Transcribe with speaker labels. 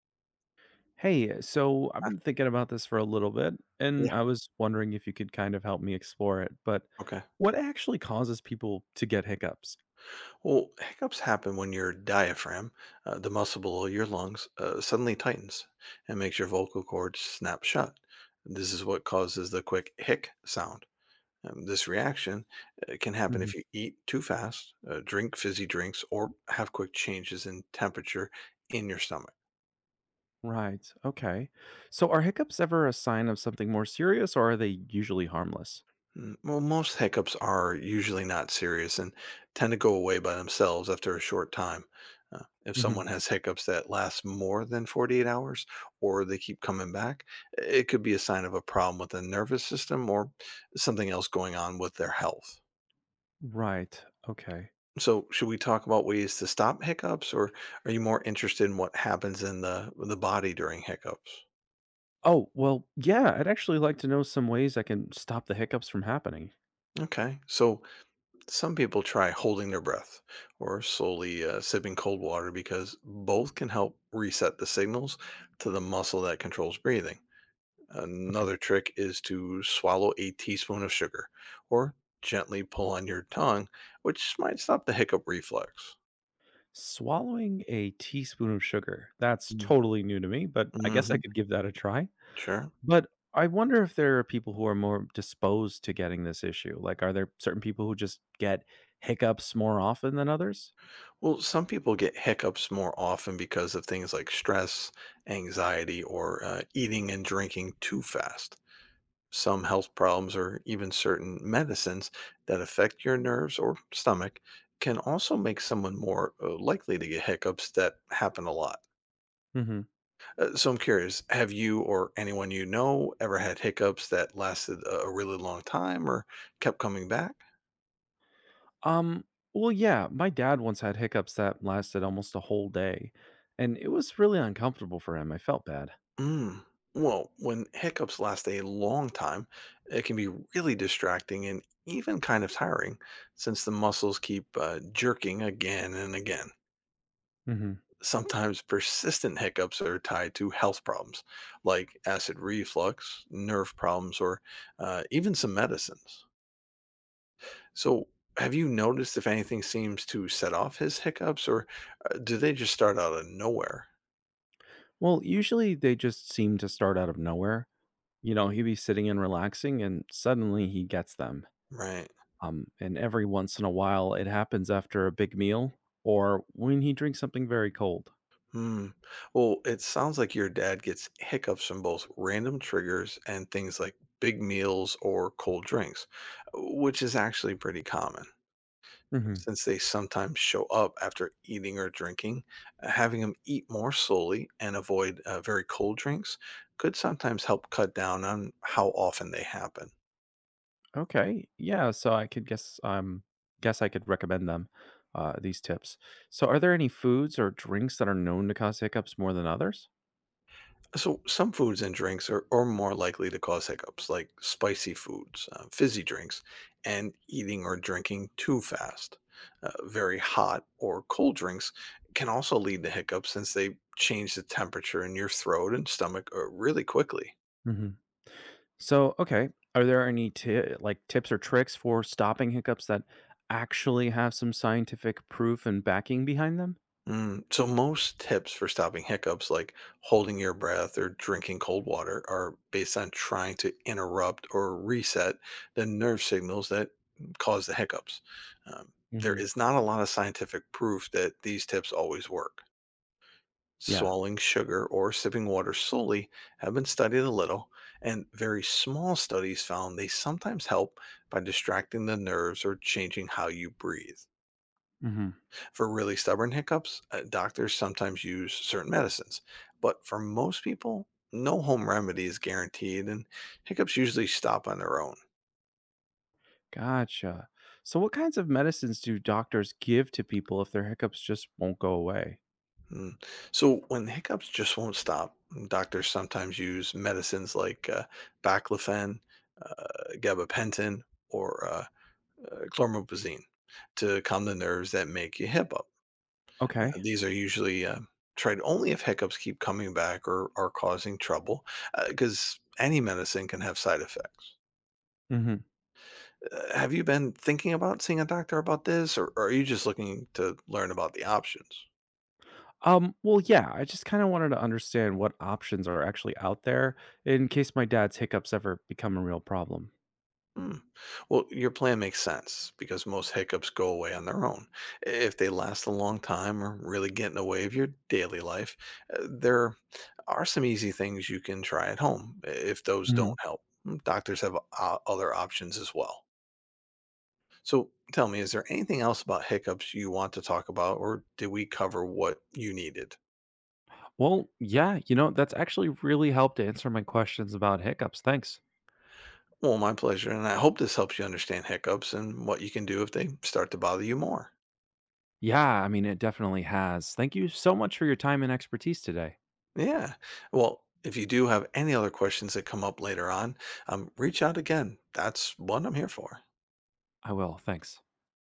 Speaker 1: Hey, so I've been thinking about this for a little bit,
Speaker 2: Yeah.
Speaker 1: and I Mhm. was wondering if you could kind of help me explore it. But
Speaker 2: Okay.
Speaker 1: what actually causes people to get hiccups?
Speaker 2: Well, hiccups happen when your diaphragm, the muscle below your lungs, suddenly tightens and makes your vocal cords snap shut. This is what causes the quick hic sound. This reaction can happen
Speaker 1: Mhm.
Speaker 2: if you eat too fast, drink fizzy drinks, or have quick changes in temperature in your stomach.
Speaker 1: Right. Okay. So are hiccups ever a sign of something more serious, or are they usually harmless?
Speaker 2: Well, most hiccups are usually not serious and tend to go away by themselves after a short time. If
Speaker 1: Hmm.
Speaker 2: someone has hiccups that last more than 48 hours or they keep coming back, it could be a sign of a problem with the nervous system or something else going on with their health.
Speaker 1: Right. Okay.
Speaker 2: So, should we talk about ways to stop hiccups or are you more interested in what happens in the body during hiccups?
Speaker 1: Oh, well, yeah, I'd actually like to know some ways I can stop the hiccups from happening.
Speaker 2: Okay. So, some people try holding their breath or slowly sipping cold water because both can help reset the signals to the muscle that controls breathing.
Speaker 1: Okay.
Speaker 2: Another trick is to swallow a teaspoon of sugar or gently pull on your tongue, which might stop the hiccup reflex.
Speaker 1: Swallowing a teaspoon of sugar. That's totally new to me, but I guess I
Speaker 2: Mm-hmm.
Speaker 1: could give that a try.
Speaker 2: Sure.
Speaker 1: But I wonder if there are people who are more disposed to getting this issue. Like, are there certain people who just get hiccups more often than others?
Speaker 2: Well, some people get hiccups more often because of things like stress, anxiety, or eating and drinking too fast. Some health problems or even certain medicines that affect your nerves or stomach can also make someone more likely to get hiccups that happen a lot.
Speaker 1: Mhm.
Speaker 2: So I'm curious, have you or anyone you know ever had hiccups that lasted a really long time or kept coming back?
Speaker 1: Um, well, yeah, my dad once had hiccups that lasted almost a whole day, and it was really uncomfortable for him. I felt bad.
Speaker 2: Mm. Well, when hiccups last a long time, it can be really distracting and even kind of tiring since the muscles keep jerking again and again.
Speaker 1: Mhm.
Speaker 2: Sometimes persistent hiccups are tied to health problems like acid reflux, nerve problems, or even some medicines. So, have you noticed if anything seems to set off his hiccups, or do they just start out of nowhere?
Speaker 1: Well, usually they just seem to start out of nowhere. You know, he'd be sitting and relaxing, and suddenly he gets them.
Speaker 2: Right.
Speaker 1: And every once in a while, it happens after a big meal or when he drinks something very cold.
Speaker 2: Hmm. Well, it sounds like your dad gets hiccups from both random triggers and things like big meals or cold drinks, which is actually pretty common,
Speaker 1: Mhm.
Speaker 2: since they sometimes show up after eating or drinking. Having them eat more slowly and avoid very cold drinks could sometimes help cut down on how often they happen.
Speaker 1: Okay. Yeah. So I could guess I could recommend them these tips. So are there any foods or drinks that are known to cause hiccups more than others?
Speaker 2: So, some foods and drinks are more likely to cause hiccups, like spicy foods, fizzy drinks, and eating or drinking too fast. Very hot or cold drinks can also lead to hiccups since they change the temperature in your throat and stomach really quickly.
Speaker 1: Hmm. So okay, are there any ti like tips or tricks for stopping hiccups that actually have some scientific proof and backing behind them?
Speaker 2: So most tips for stopping hiccups, like holding your breath or drinking cold water, are based on trying to interrupt or reset the nerve signals that cause the hiccups. Um, there
Speaker 1: Hmm.
Speaker 2: is not a lot of scientific proof that these tips always work.
Speaker 1: Yeah.
Speaker 2: Swallowing sugar or sipping water slowly have been studied a little, and very small studies found they sometimes help by distracting the nerves or changing how you breathe.
Speaker 1: Hmm.
Speaker 2: For really stubborn hiccups, doctors sometimes use certain medicines, but for most people, no home remedy is guaranteed, and hiccups usually stop on their own.
Speaker 1: Gotcha. So what kinds of medicines do doctors give to people if their hiccups just won't go away?
Speaker 2: Mm. So, when hiccups just won't stop, doctors sometimes use medicines like baclofen, uh, gabapentin, or chlormazepine to calm the nerves that make you hiccup.
Speaker 1: Okay.
Speaker 2: These are usually tried only if hiccups keep coming back or are causing trouble, because any medicine can have side effects. Have you been thinking about seeing a doctor about this, or are you just looking to learn about the options?
Speaker 1: Well, yeah, I just kinda wanted to understand what options are actually out there in case my dad's hiccups ever become a real problem.
Speaker 2: Hmm. Well, your plan makes sense because most hiccups go away on their own. If they last a long time or really get in the way of your daily life, there are some easy things you can try at home if those
Speaker 1: Mhm.
Speaker 2: don't help. Hmm. Doctors have other options as well. So tell me, is there anything else about hiccups you want to talk about, or did we cover what you needed?
Speaker 1: Well, yeah, you know, that's actually really helped answer my questions about hiccups. Thanks.
Speaker 2: Well, my pleasure. And I hope this helps you understand hiccups and what you can do if they start to bother you more.
Speaker 1: Yeah, I mean, it definitely has. Thank you so much for your time and expertise today.
Speaker 2: Yeah. Well, if you do have any other questions that come up later on, reach out again. That's what I'm here for.
Speaker 1: I will. Thanks.